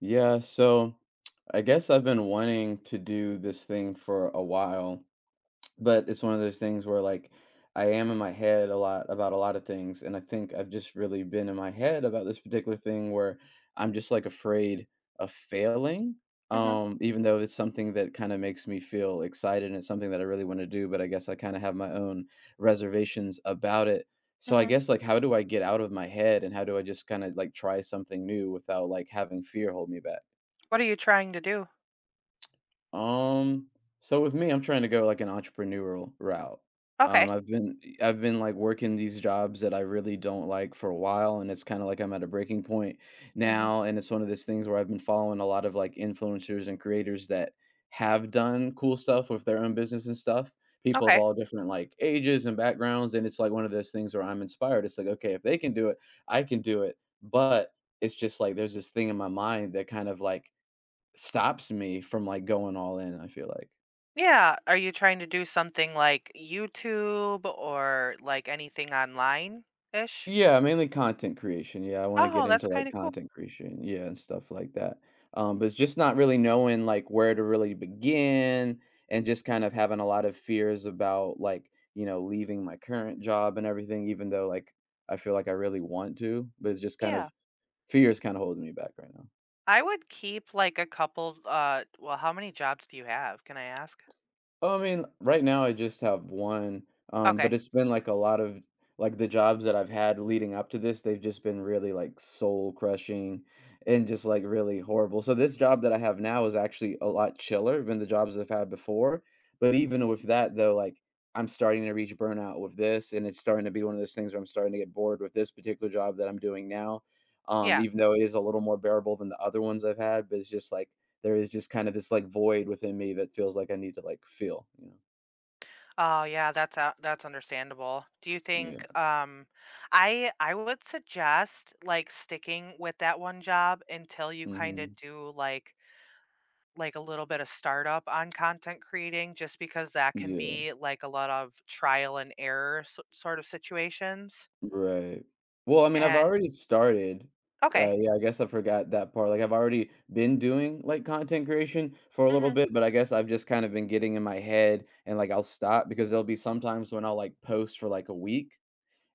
Yeah, so I guess I've been wanting to do this thing for a while, but it's one of those things where like I am in my head a lot about a lot of things, and I think I've just really been in my head about this particular thing where I'm just like afraid of failing. Mhm, Even though it's something that kind of makes me feel excited and it's something that I really want to do, but I guess I kind of have my own reservations about it. So I mhm. guess like how do I get out of my head and how do I just kind of like try something new without like having fear hold me back? What are you trying to do? Um, so with me, I'm trying to go like an entrepreneurial route. Okay. I've been like working these jobs that I really don't like for a while, and it's kind of like I'm at a breaking point Mhm. now. And it's one of those things where I've been following a lot of like influencers and creators that have done cool stuff with their own business and stuff. People of Okay. all different like ages and backgrounds, and it's like one of those things where I'm inspired. It's like, okay, if they can do it, I can do it. But it's just like there's this thing in my mind that kind of like stops me from, like, going all in, I feel like. Yeah, are you trying to do something like YouTube or, like, anything online-ish? Yeah, mainly content creation, yeah, I wanna Oh, get that's into, like, kinda cool. content creation, yeah, and stuff like that, but it's just not really knowing, like, where to really begin and just kind of having a lot of fears about, like, leaving my current job and everything, even though, like, I feel like I really want to, but it's just kind Yeah. of fears kinda holding me back right now. I would keep, like, a couple, well, how many jobs do you have? Can I ask? Oh, I mean, right now I just have one, Okay. but it's been like a lot of like the jobs that I've had leading up to this, they've just been really like soul crushing and just like really horrible. So this job that I have now is actually a lot chiller than the jobs I've had before. But even with that though, like I'm starting to reach burnout with this, and it's starting to be one of those things where I'm starting to get bored with this particular job that I'm doing now. Yeah. Even though it is a little more bearable than the other ones I've had, but it's just like there is just kind of this like void within me that feels like I need to like feel, you know? Oh, yeah, that's understandable. Do you think, Yeah. I would suggest, like, sticking with that one job until you kinda Mhm. do, like a little bit of startup on content creating, just because that can Yeah. be like a lot of trial and error s sort of situations. Right. Well, I mean, I've And already started. okay. Yeah, I guess I forgot that part. Like, I've already been doing like content creation for a little Mhm. bit, but I guess I've just kind of been getting in my head and like I'll stop because there'll be sometimes when I'll like post for like a week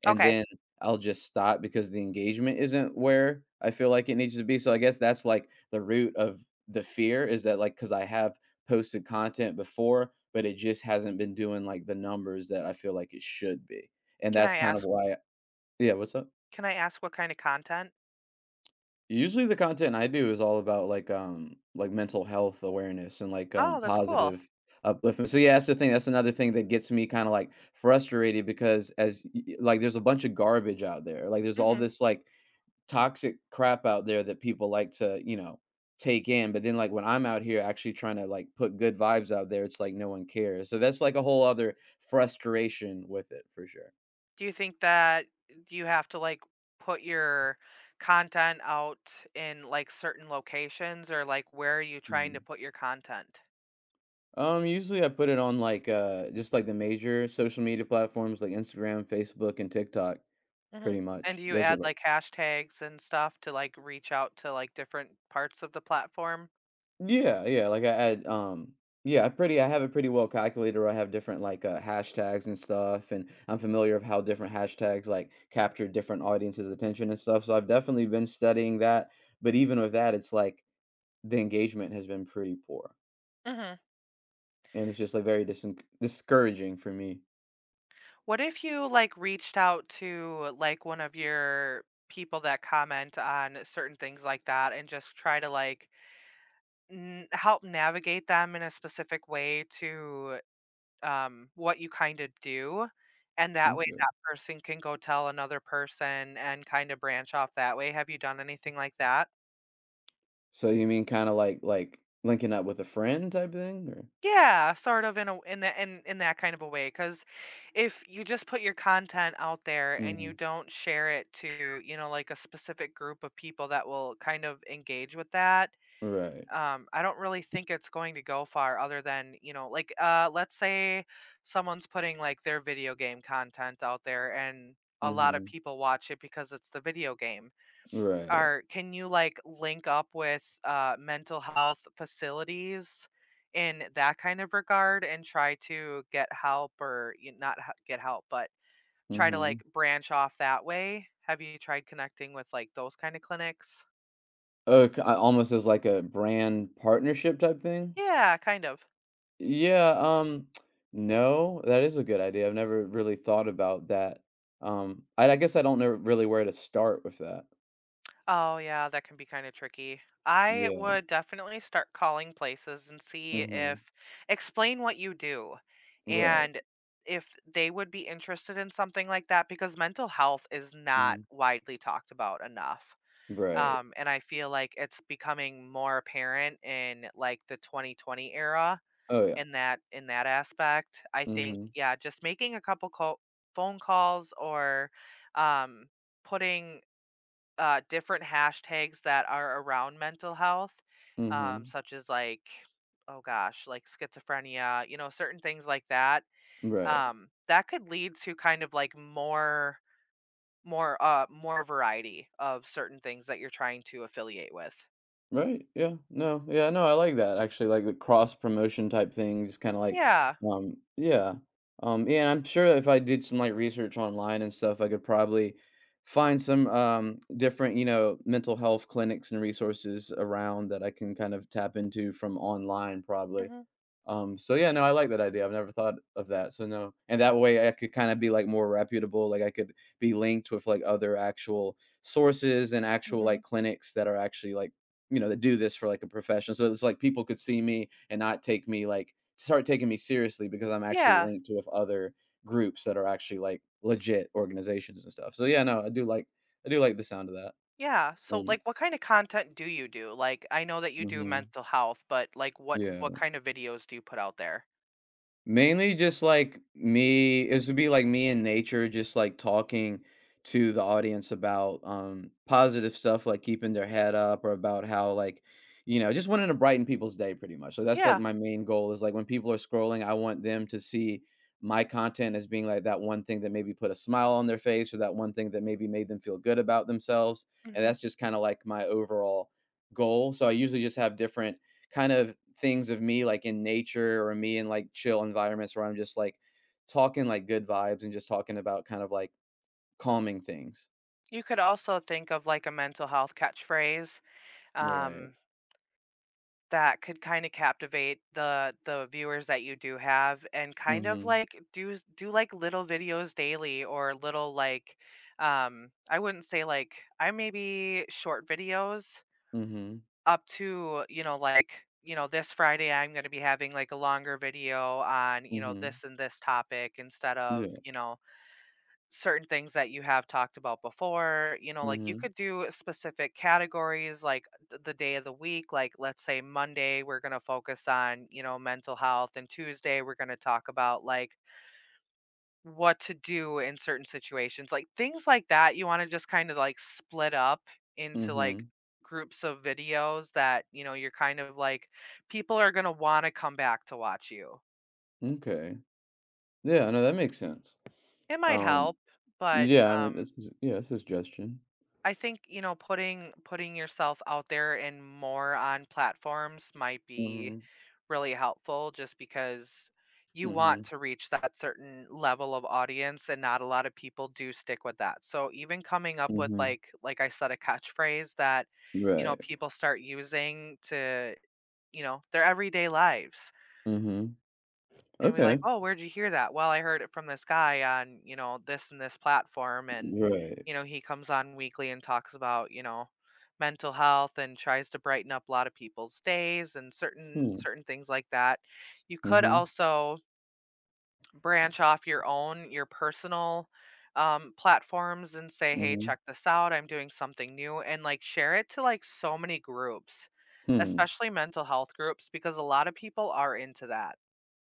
and Okay. then I'll just stop because the engagement isn't where I feel like it needs to be. So I guess that's like the root of the fear is that like because I have posted content before, but it just hasn't been doing like the numbers that I feel like it should be. And Can that's I kind of ask why yeah, what's up? can I ask what kind of content? Usually the content I do is all about like mental health awareness and like Oh, that's cool. positive upliftment. So yeah, that's the thing. That's another thing that gets me kind of like frustrated because like there's a bunch of garbage out there. Like there's all Mhm. this like toxic crap out there that people like to, take in, but then, like, when I'm out here actually trying to, like, put good vibes out there, it's like no one cares, so that's, like, a whole other frustration with it for sure. Do you think that do you have to like put your content out in like certain locations, or like where are you trying Mhm. to put your content? Usually I put it on, like, just, like, the major social media platforms like Instagram, Facebook, and TikTok, Mhm. pretty And much. do you Those add are, like. like hashtags and stuff to like reach out to like different parts of the platform? Yeah, yeah. Yeah, I have it pretty well calculated. Where I have different like hashtags and stuff, and I'm familiar of how different hashtags like capture different audiences' attention and stuff. So I've definitely been studying that. But even with that, it's like the engagement has been pretty poor, Mhm. and it's just like very discouraging for me. What if you like reached out to like one of your people that comment on certain things like that and just try to like help navigate them in a specific way to what you kind of do? And that way Okay. that person can go tell another person and kind of branch off that way. Have you done anything like that? So you mean kind of like linking up with a friend type thing, or? Yeah, sort of in a in that kind of a way. Because if you just put your content out there and you Mhm. don't share it to, you know, like a specific group of people that will kind of engage with that, Right. I don't really think it's going to go far other than, you know, like let's say someone's putting like their video game content out there, and a lot of Mm-hmm. people watch it because it's the video game. Right. Or can you, like, link up with, mental health facilities in that kind of regard and try to get help, or y not h get help, but try to, Mm-hmm. like, branch off that way? Have you tried connecting with, like, those kinda clinics? K almost as like a brand partnership type thing? Yeah, kind of. Yeah, no, that is a good idea. I've never really thought about that. I guess I don't know really where to start with that. Oh yeah, that can be kind of tricky. I Yeah. would definitely start calling places and see Mhm. if explain what you do, Right. and if they would be interested in something like that, because mental health is not Mhm. widely talked about enough. Right. And I feel like it's becoming more apparent in like the 2020 era Oh, yeah. in that aspect. I think Mhm. yeah, just making a couple phone calls, or um putting different hashtags that are around mental health, Mhm. such as like, oh gosh, like schizophrenia, you know, certain things like that. Right. That could lead to kind of like more, more variety of certain things that you're trying to affiliate with. Right, yeah, no, yeah, no, I like that, actually, like, the cross promotion type thing, just kinda like, Yeah. Yeah, yeah, and I'm sure if I did some, like, research online and stuff, I could probably find some, different, mental health clinics and resources around that I can kind of tap into from online, probably. Hmm. So yeah, no, I like that idea. I've never thought of that. So no, and that way I could kind of be like more reputable. Like I could be linked with like other actual sources and actual Hmm. like clinics that are actually like you know that do this for like a profession. So it's like people could see me and not take me like start taking me seriously because I'm actually Yeah. linked with other groups that are actually like legit organizations and stuff. So yeah, no, I do like the sound of that. Yeah. So Um, like what kind of content do you do? Like I know that you do mhm, mental health, but like what yeah. kind of videos do you put out there? Mainly just, like, me it would be, like, me in nature just, like, talking to the audience about, positive stuff, like keeping their head up or about how, like, you know, just wanting to brighten people's day pretty much. So that's, like, Yeah. my main goal is, like, when people are scrolling, I want them to see my content as being, like, that one thing that maybe put a smile on their face or that one thing that maybe made them feel good about themselves, and that's just kinda, like, my overall goal. So I usually just have different kind of things of me like in nature or me in like chill environments where I'm just like talking like good vibes and just talking about kind of like calming things. You could also think of like a mental health catchphrase Right. um, that could kind of captivate the viewers that you do have, and kind of Mhm. like do like little videos daily, or little like I wouldn't say like I maybe short videos Mhm. up to, you know, like, you know, this Friday I'm going to be having like a longer video on, you know, Mhm. this and this topic, instead of, Yeah. you know, certain things that you have talked about before, you know, like you Mhm. could do specific categories like the day of the week, like let's say Monday we're going to focus on, you know, mental health, and Tuesday we're going to talk about like what to do in certain situations, like things like that you want to just kind of like split up into like Mhm. groups of videos that, you know, you're kind of like people are going to want to come back to watch you. Okay. Yeah, no, that makes sense. It might Um, help, but yeah, I mean, um this is yeah, a suggestion. I think, you know, putting yourself out there and more on platforms might be Mhm. really helpful, just because you want Mhm. to reach that certain level of audience, and not a lot of people do stick with that. So even coming up with Mhm. Like I said a catchphrase that, you know, Right. people start using to, you know, their everyday lives. Mhm. And we're like, Okay. "Oh, where'd you hear that?" "Well, I heard it from this guy on, you know, this and this platform, and, Right. you know, he comes on weekly and talks about, you know, mental health and tries to brighten up a lot of people's days and Hmm. certain things like that." You could Mhm. also branch off your own your personal, platforms and say, "Hey, check Mhm. this out. I'm doing something new," and, like, share it to, like, so many groups, Hmm. especially mental health groups, because a lot of people are into that.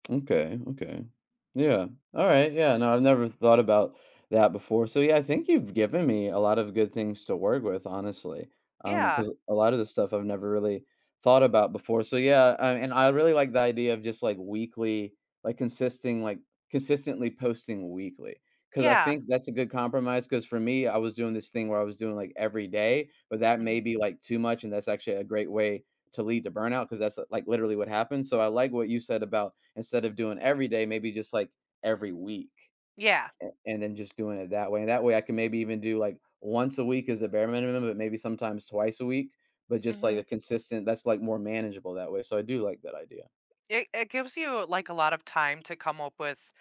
Okay, okay. Yeah. All right. Yeah. No, I've never thought about that before. So yeah, I think you've given me a lot of good things to work with, honestly. Yeah. Because a lot of the stuff I've never really thought about before. So yeah, and I really like the idea of just like weekly, like consistently posting weekly. Because I Yeah. think that's a good compromise. Because for me, I was doing this thing where I was doing like every day, but that Mhm. may be like too much, and that's actually a great way to lead to burnout because that's like literally what happened. So I like what you said about instead of doing every day, maybe just like every week Yeah. And then just doing it that way. And that way I can maybe even do like once a week is the bare minimum, but maybe sometimes twice a week, but just like Mhm. a consistent that's like more manageable that way. So I do like that idea. It gives you, like, a lot of time to come up with,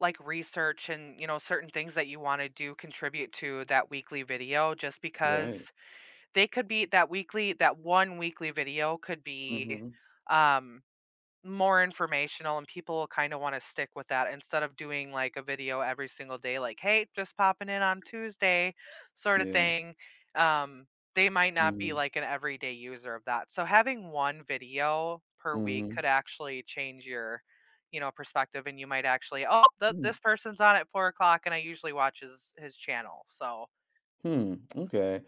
like, research and, you know, certain things that you wanna do contribute to that weekly video, just Right. because they could be that one weekly video could be, Mm-hmm. um, more informational, and people will kind of want to stick with that instead of doing like a video every single day, like hey just popping in on Tuesday sort of Yeah. thing. Um, they might not be Mm-hmm. like an everyday user of that, so having one video per week Mm-hmm. could actually change your, you know, perspective, and you might actually oh Hmm. this person's on at 4 o'clock and I usually watch his channel so Hmm, okay.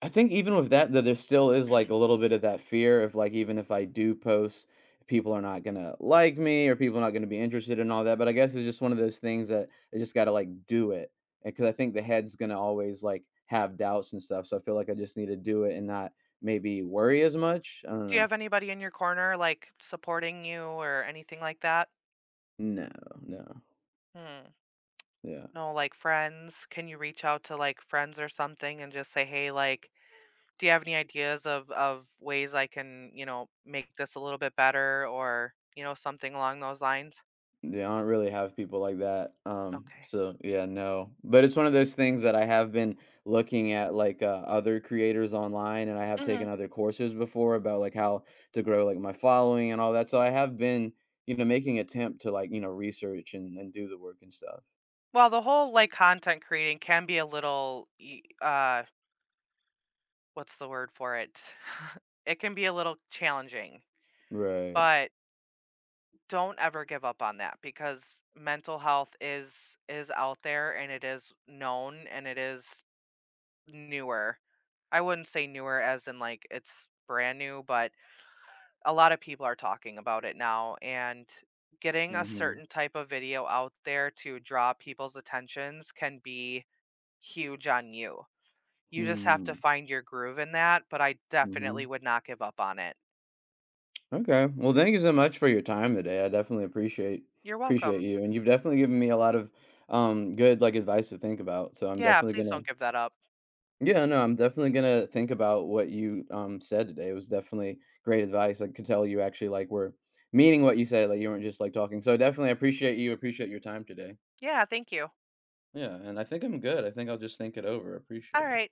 I think even with that, that there still is like a little bit of that fear of like even if I do post, people are not gonna like me or people are not gonna be interested in all that. But I guess it's just one of those things that I just gotta like do it because I think the head's gonna always like have doubts and stuff. So I feel like I just need to do it and not maybe worry as much. I don't do you know. have anybody in your corner like supporting you or anything like that? No, no, Hmm. yeah. No, like friends. Can you reach out to like friends or something and just say, "Hey, like, do you have any ideas of ways I can, you know, make this a little bit better, or, you know, something along those lines?" Yeah, I don't really have people like that. Um, Okay. so yeah, no. But it's one of those things that I have been looking at like other creators online and I have Mhm. taken other courses before about like how to grow like my following and all that. So I have been, you know, making attempt to like, you know, research and do the work and stuff. Well, the whole like content creating can be a little what's the word for it? It can be a little challenging, Right. but don't ever give up on that, because mental health is out there, and it is known, and it is newer. I wouldn't say newer as in, like, it's brand new, but a lot of people are talking about it now, and getting a Mm-hmm. certain type of video out there to draw people's attentions can be huge on you. You just have to Hmm. find your groove in that, but I definitely Mm-hmm. would not give up on it. Okay. Well, thank you so much for your time today. I definitely appreciate You're appreciate welcome. you. And you've definitely given me a lot of good like advice to think about. So I'm Yeah, definitely please gonna. don't give that up. Yeah, no, I'm definitely gonna think about what you said today. It was definitely great advice. I could tell you actually like were meaning what you said, like you weren't just like talking. So definitely appreciate you, appreciate your time today. Yeah, thank you. Yeah, and I think I'm good. I think I'll just think it over. Appreciate it. Alright.